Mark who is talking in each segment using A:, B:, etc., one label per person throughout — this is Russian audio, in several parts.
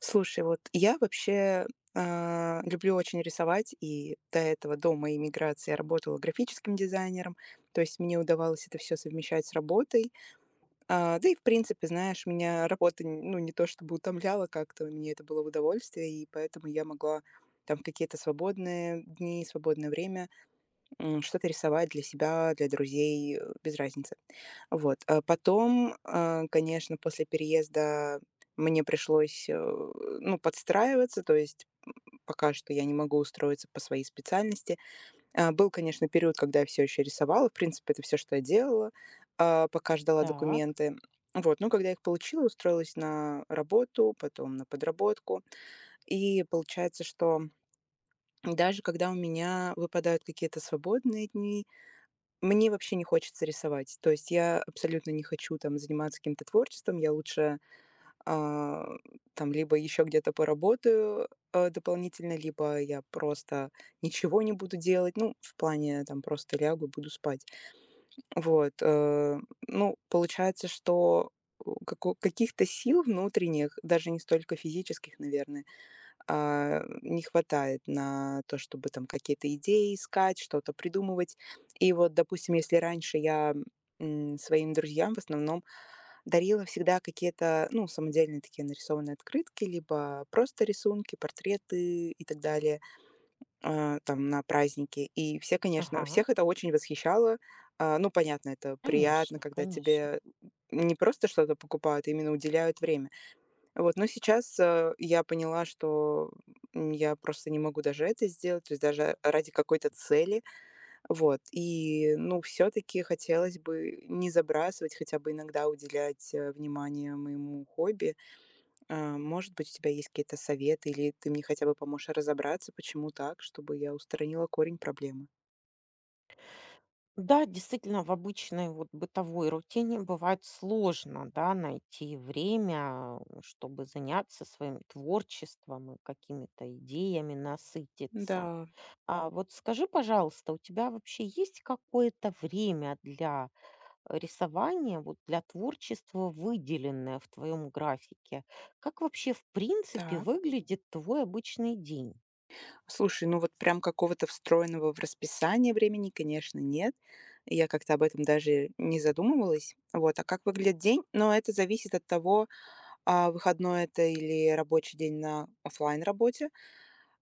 A: Слушай, вот я вообще люблю очень рисовать, и до этого, до моей миграции, я работала графическим дизайнером, то есть мне удавалось это все совмещать с работой. Да и, в принципе, знаешь, меня работа, ну, не то чтобы утомляла как-то, мне это было в удовольствие, и поэтому я могла там в какие-то свободные дни, свободное время что-то рисовать для себя, для друзей, без разницы. Вот. А потом, конечно, после переезда мне пришлось, ну, подстраиваться, то есть пока что я не могу устроиться по своей специальности. Был, конечно, период, когда я все еще рисовала, в принципе, это все, что я делала, пока ждала
B: Так,
A: документы. Вот, ну, когда я их получила, устроилась на работу, потом на подработку. И получается, что даже когда у меня выпадают какие-то свободные дни, мне вообще не хочется рисовать. То есть я абсолютно не хочу там заниматься каким-то творчеством. Я лучше, а, там либо еще где-то поработаю, дополнительно, либо я просто ничего не буду делать. Ну, в плане там просто лягу и буду спать. Вот, ну, получается, что у како каких-то сил внутренних, даже не столько физических, наверное, не хватает на то, чтобы там какие-то идеи искать, что-то придумывать. И вот, допустим, если раньше я своим друзьям в основном дарила всегда какие-то, ну, самодельные такие нарисованные открытки, либо просто рисунки, портреты и так далее, там, на праздники. И все, конечно,
B: ага,
A: всех это очень восхищало. Ну, понятно, это приятно,
B: конечно,
A: когда тебе
B: конечно.
A: не просто что-то покупают, а именно уделяют время. Вот, но сейчас, я поняла, что, я просто не могу даже это сделать, то есть даже ради какой-то цели. Вот, и, ну, все таки хотелось бы не забрасывать, хотя бы иногда уделять, внимание моему хобби. Может быть, у тебя есть какие-то советы или ты мне хотя бы поможешь разобраться, почему так, чтобы я устранила корень проблемы?
B: Да, действительно, в обычной вот бытовой рутине бывает сложно, да, найти время, чтобы заняться своим творчеством и какими-то идеями
A: Да.
B: насытиться. А вот скажи, пожалуйста, у тебя вообще есть какое-то время для рисования, вот для творчества, выделенное в твоем графике? Как вообще в принципе
A: Так.
B: выглядит твой обычный день?
A: Слушай, ну вот прям какого-то встроенного в расписание времени, конечно, нет. Я как-то об этом даже не задумывалась. Вот, а как выглядит день? Но это зависит от того, выходной это или рабочий день на оффлайн работе.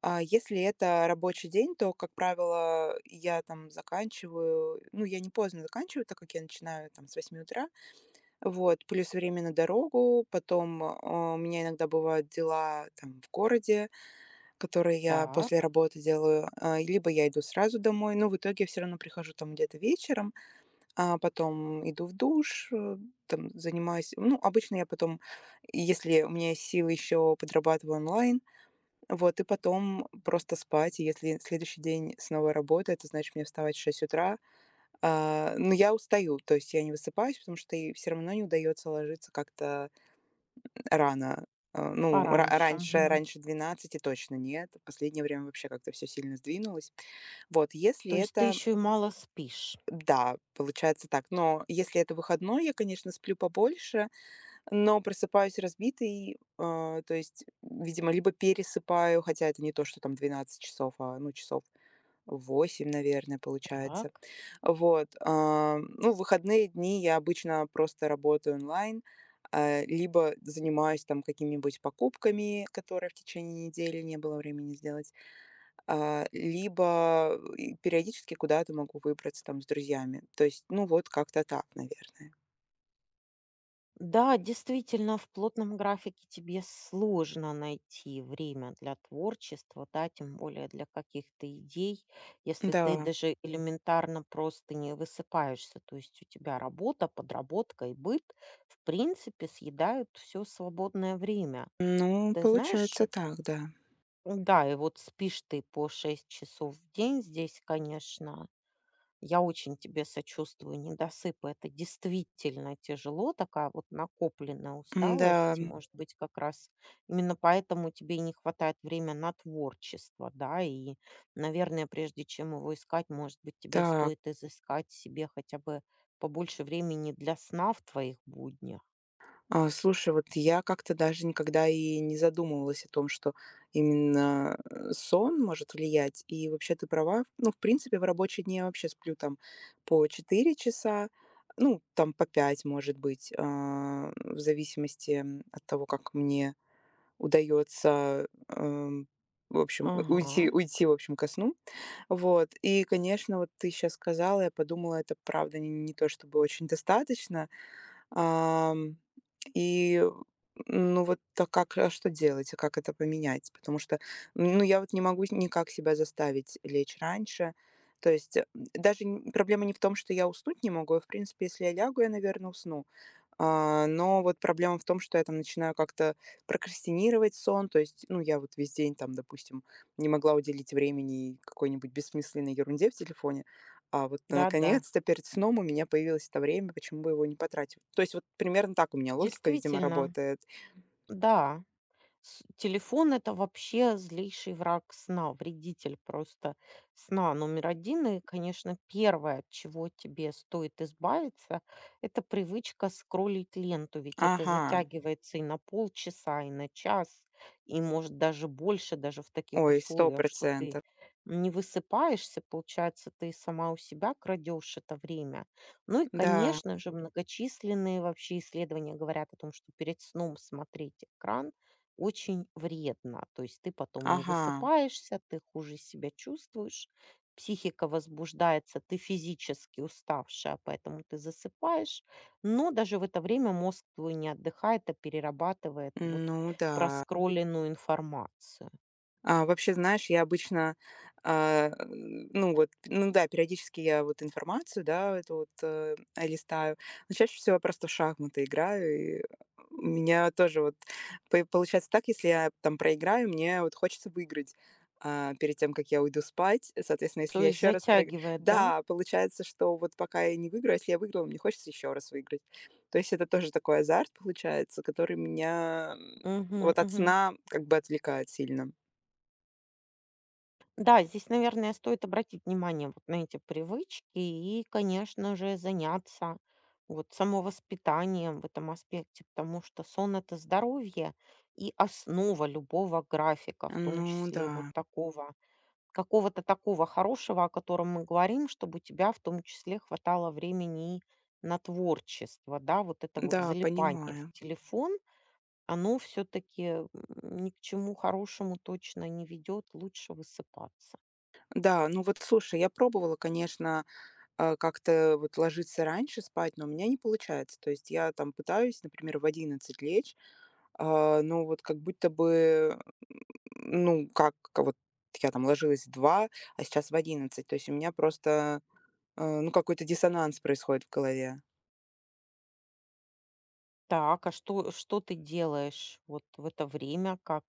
A: А если это рабочий день, то, как правило, я там заканчиваю, ну, я не поздно заканчиваю, так как я начинаю там с 8 утра, вот, плюс время на дорогу, потом у меня иногда бывают дела там в городе, которые я
B: Так.
A: после работы делаю, и либо я иду сразу домой, но в итоге я всё равно прихожу там где-то вечером, а потом иду в душ, там занимаюсь. Ну, обычно я потом, если у меня есть силы, еще подрабатываю онлайн, вот, и потом просто спать. И если следующий день снова работа, это значит мне вставать в 6 утра. Но я устаю, то есть я не высыпаюсь, потому что и всё равно не удается ложиться как-то рано. Э,
B: Так,
A: ну, ра
B: пораньше.
A: раньше раньше 12 точно нет. В последнее время вообще как-то все сильно сдвинулось. Вот, если
B: То есть ты
A: это,
B: еще и мало спишь.
A: да, получается так. Но если это выходной, я, конечно, сплю побольше. Но просыпаюсь разбитой, то есть, видимо, либо пересыпаю, хотя это не то, что там 12 часов, ну, часов 8, наверное, получается.
B: Так.
A: Вот. Ну, в выходные дни я обычно просто работаю онлайн, либо занимаюсь там какими-нибудь покупками, которые в течение недели не было времени сделать, либо и периодически куда-то могу выбраться там с друзьями. То есть, ну, вот как-то так, наверное.
B: Да, действительно, в плотном графике тебе сложно найти время для творчества, да, тем более для каких-то идей, если ты
A: Да.
B: даже элементарно просто не высыпаешься. То есть у тебя работа, подработка и быт, в принципе, съедают все свободное время.
A: Ну,
B: Ты знаешь,
A: получается так, да.
B: да, и вот спишь ты по 6 часов в день здесь, конечно, я очень тебе сочувствую, недосып. Это действительно тяжело, такая вот накопленная
A: Да.
B: усталость. Может быть, как раз именно поэтому тебе и не хватает времени на творчество, да, и, наверное, прежде чем его искать, может быть, тебе
A: Так.
B: стоит изыскать себе хотя бы побольше времени для сна в твоих буднях.
A: Слушай, вот я как-то даже никогда и не задумывалась о том, что именно, сон может влиять. И вообще ты права. Ну, в принципе, в рабочие дни я вообще сплю там по 4 часа, ну, там по 5, может быть, в зависимости, от того, как мне удается в общем, у уйти
B: Ага,
A: уйти, в общем, ко сну. Вот. И, конечно, вот ты сейчас сказала, я подумала, это правда не то чтобы очень достаточно. Ам, и, ну, вот, а как, а что делать, а как это поменять? Потому что, ну, я вот не могу никак себя заставить лечь раньше. То есть, даже н проблема не в том, что я уснуть не могу, в принципе, если я лягу, я, наверно, усну. Но вот проблема в том, что я там начинаю как-то прокрастинировать сон, то есть, ну, я вот весь день там, допустим, не могла уделить времени какой-нибудь бессмысленной ерунде в телефоне, а вот
B: да-да,
A: наконец-то перед сном у меня появилось это время, почему бы его не потратить? То есть вот примерно так у меня логика, видимо,
B: действительно,
A: работает.
B: да. С телефон- это вообще злейший враг сна, вредитель просто сна номер 1. И, конечно, первое, от чего тебе стоит избавиться- это привычка скроллить ленту. Ведь это
A: Ага,
B: затягивается и на полчаса, и на час, и, может, даже больше, даже в таких
A: ой, сто
B: условиях, что ты
A: процентов.
B: не высыпаешься. Получается, ты сама у себя крадешь это время. Ну и,
A: Да,
B: конечно же, многочисленные вообще исследования говорят о том, что перед сном смотреть экран очень вредно. То есть ты потом не
A: ага,
B: высыпаешься, ты хуже себя чувствуешь, психика возбуждается, ты физически уставшая, поэтому ты засыпаешь. Но даже в это время мозг твой не отдыхает, а перерабатывает вот
A: ну да.
B: проскроленную информацию.
A: Вообще, знаешь, я обычно, ну вот, ну да, периодически я вот информацию, да, эту вот листаю, но чаще всего я просто в шахматы играю, и у меня тоже вот получается так, если я там проиграю, мне вот хочется выиграть перед тем, как я уйду спать, соответственно, если
B: То
A: я
B: есть
A: еще раз проиграю,
B: затягивает, да?
A: да, получается, что вот пока я не выиграю, если я выиграла, мне хочется еще раз выиграть. То есть это тоже такой азарт получается, который меня
B: Мгм,
A: вот от
B: мгм.
A: сна как бы отвлекает сильно.
B: Да, здесь, наверное, стоит обратить внимание вот на эти привычки и, конечно же, заняться вот самовоспитанием в этом аспекте, потому что сон– это здоровье и основа любого графика, в том
A: Ну да,
B: числе вот такого, какого-то такого хорошего, о котором мы говорим, чтобы у тебя в том числе хватало времени и на творчество, да. Вот это вот
A: да,
B: залипание в
A: понимаю.
B: телефон, оно все-таки ни к чему хорошему точно не ведет, лучше высыпаться.
A: Да, ну вот слушай, я пробовала, конечно, как-то вот ложиться раньше спать, но у меня не получается. То есть я там пытаюсь, например, в 11 лечь, но вот как будто бы, ну, как вот я там ложилась в 2, а сейчас в 11. То есть у меня просто, ну, какой-то диссонанс происходит в голове.
B: Так, а что ты делаешь вот в это время? Как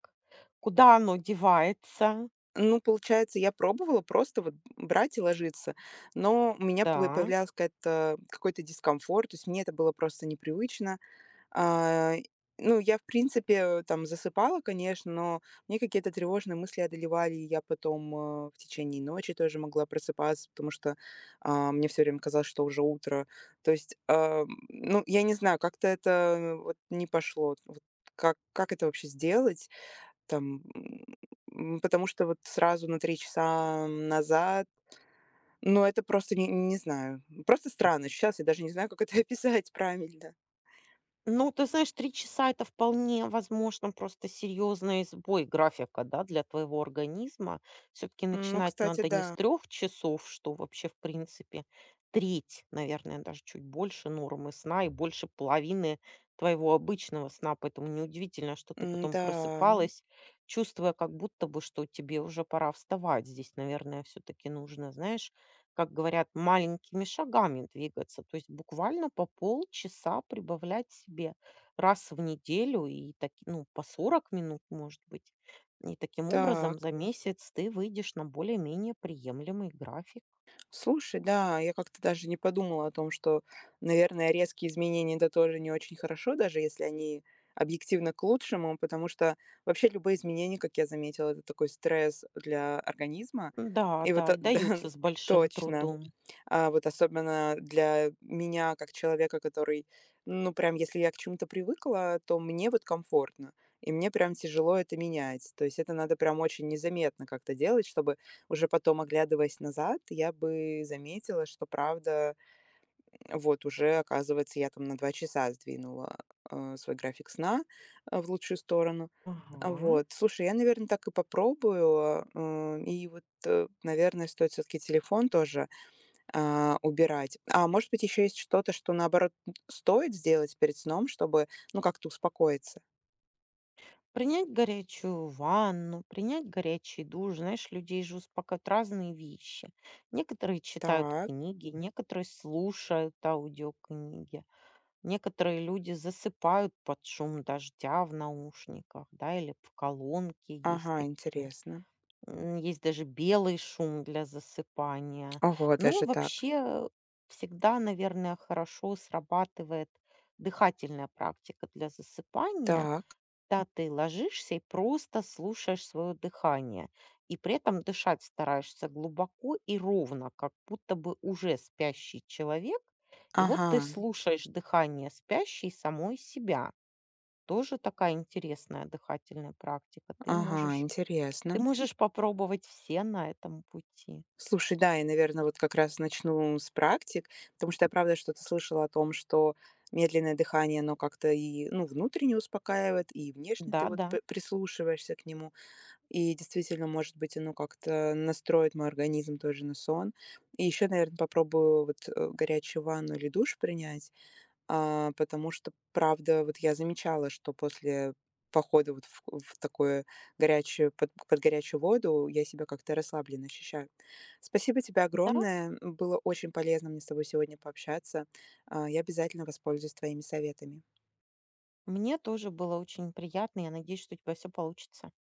B: куда оно девается?
A: Ну, получается, я пробовала просто вот брать и ложиться, но у меня пое
B: Да.
A: появлялась какая-то какой-то дискомфорт, то есть мне это было просто непривычно. А, ну, я, в принципе, там засыпала, конечно, но мне какие-то тревожные мысли одолевали, и я потом, в течение ночи тоже могла просыпаться, потому что, мне все время казалось, что уже утро. То есть, ну, я не знаю, как-то это вот не пошло. Вот как это вообще сделать? Там, потому что вот сразу на 3 часа назад, ну, это просто не знаю, просто странно. Сейчас я даже не знаю, как это описать правильно.
B: Ну, ты знаешь, 3 часа- это вполне возможно просто серьезный сбой графика, да, для твоего организма. Все-таки
A: Ну,
B: начинать
A: кстати,
B: надо не с
A: да.
B: трех часов, что вообще, в принципе, треть, наверное, даже чуть больше нормы сна и больше половины твоего обычного сна. Поэтому неудивительно, что ты
A: М,
B: потом
A: да.
B: просыпалась, чувствуя, как будто бы, что тебе уже пора вставать. Здесь, наверное, все-таки нужно, знаешь, как говорят, маленькими шагами двигаться, то есть буквально по полчаса прибавлять себе раз в неделю, и так ну, по 40 минут, может быть. И таким образом
A: Так,
B: за месяц ты выйдешь на более-менее приемлемый график.
A: слушай, да, я как-то даже не подумала о том, что, наверное, резкие изменения — это тоже не очень хорошо, даже если они объективно к лучшему, потому что вообще любые изменения, как я заметила, это такой стресс для организма.
B: Да,
A: И вот,
B: да, и
A: да,
B: даются с большим
A: точно.
B: трудом.
A: Вот особенно для меня как человека, который, ну, прям если я к чему-то привыкла, то мне вот комфортно, и мне прям тяжело это менять. То есть это надо прям очень незаметно как-то делать, чтобы уже потом, оглядываясь назад, я бы заметила, что правда, вот уже, оказывается, я там на 2 часа сдвинула, свой график сна, в лучшую сторону.
B: Ага.
A: Вот. Слушай, я, наверное, так и попробую. И вот, наверное, стоит все таки телефон тоже убирать. А может быть, еще есть что-то, что, наоборот, н стоит сделать перед сном, чтобы, ну, как-то успокоиться?
B: Принять горячую ванну, принять горячий душ. Знаешь, людей же успокаивают разные вещи. Некоторые читают
A: Так,
B: книги, некоторые слушают аудиокниги. Некоторые люди засыпают под шум дождя в наушниках, да, или в колонке есть
A: ага,
B: такие.
A: интересно.
B: М, есть даже белый шум для засыпания.
A: Ого,
B: Ну,
A: даже так.
B: вообще, всегда, наверное, хорошо срабатывает дыхательная практика для засыпания.
A: Так,
B: Да, ты ложишься и просто слушаешь свое дыхание. И при этом дышать стараешься глубоко и ровно, как будто бы уже спящий человек. И вот
A: ага,
B: ты слушаешь дыхание спящей самой себя. Тоже такая интересная дыхательная практика. Ты
A: ага,
B: можешь,
A: интересно.
B: ты можешь попробовать все на этом пути.
A: Слушай, да, я, наверное, вот как раз начну с практик, потому что я правда что-то слышала о том, что медленное дыхание, оно как-то и, ну, внутренне успокаивает, и внешне ты
B: Да,
A: вот
B: да,
A: п прислушиваешься к нему. И действительно, может быть, оно как-то настроит мой организм тоже на сон. И еще, наверное, попробую вот, горячую ванну или душ принять, потому что, правда, вот я замечала, что после похода вот в такое горячую под горячую воду я себя как-то расслабленно ощущаю. Спасибо тебе
B: да.
A: огромное. Было очень полезно мне с тобой сегодня пообщаться. Я обязательно воспользуюсь твоими советами.
B: Мне тоже было очень приятно. Я надеюсь, что у тебя все получится.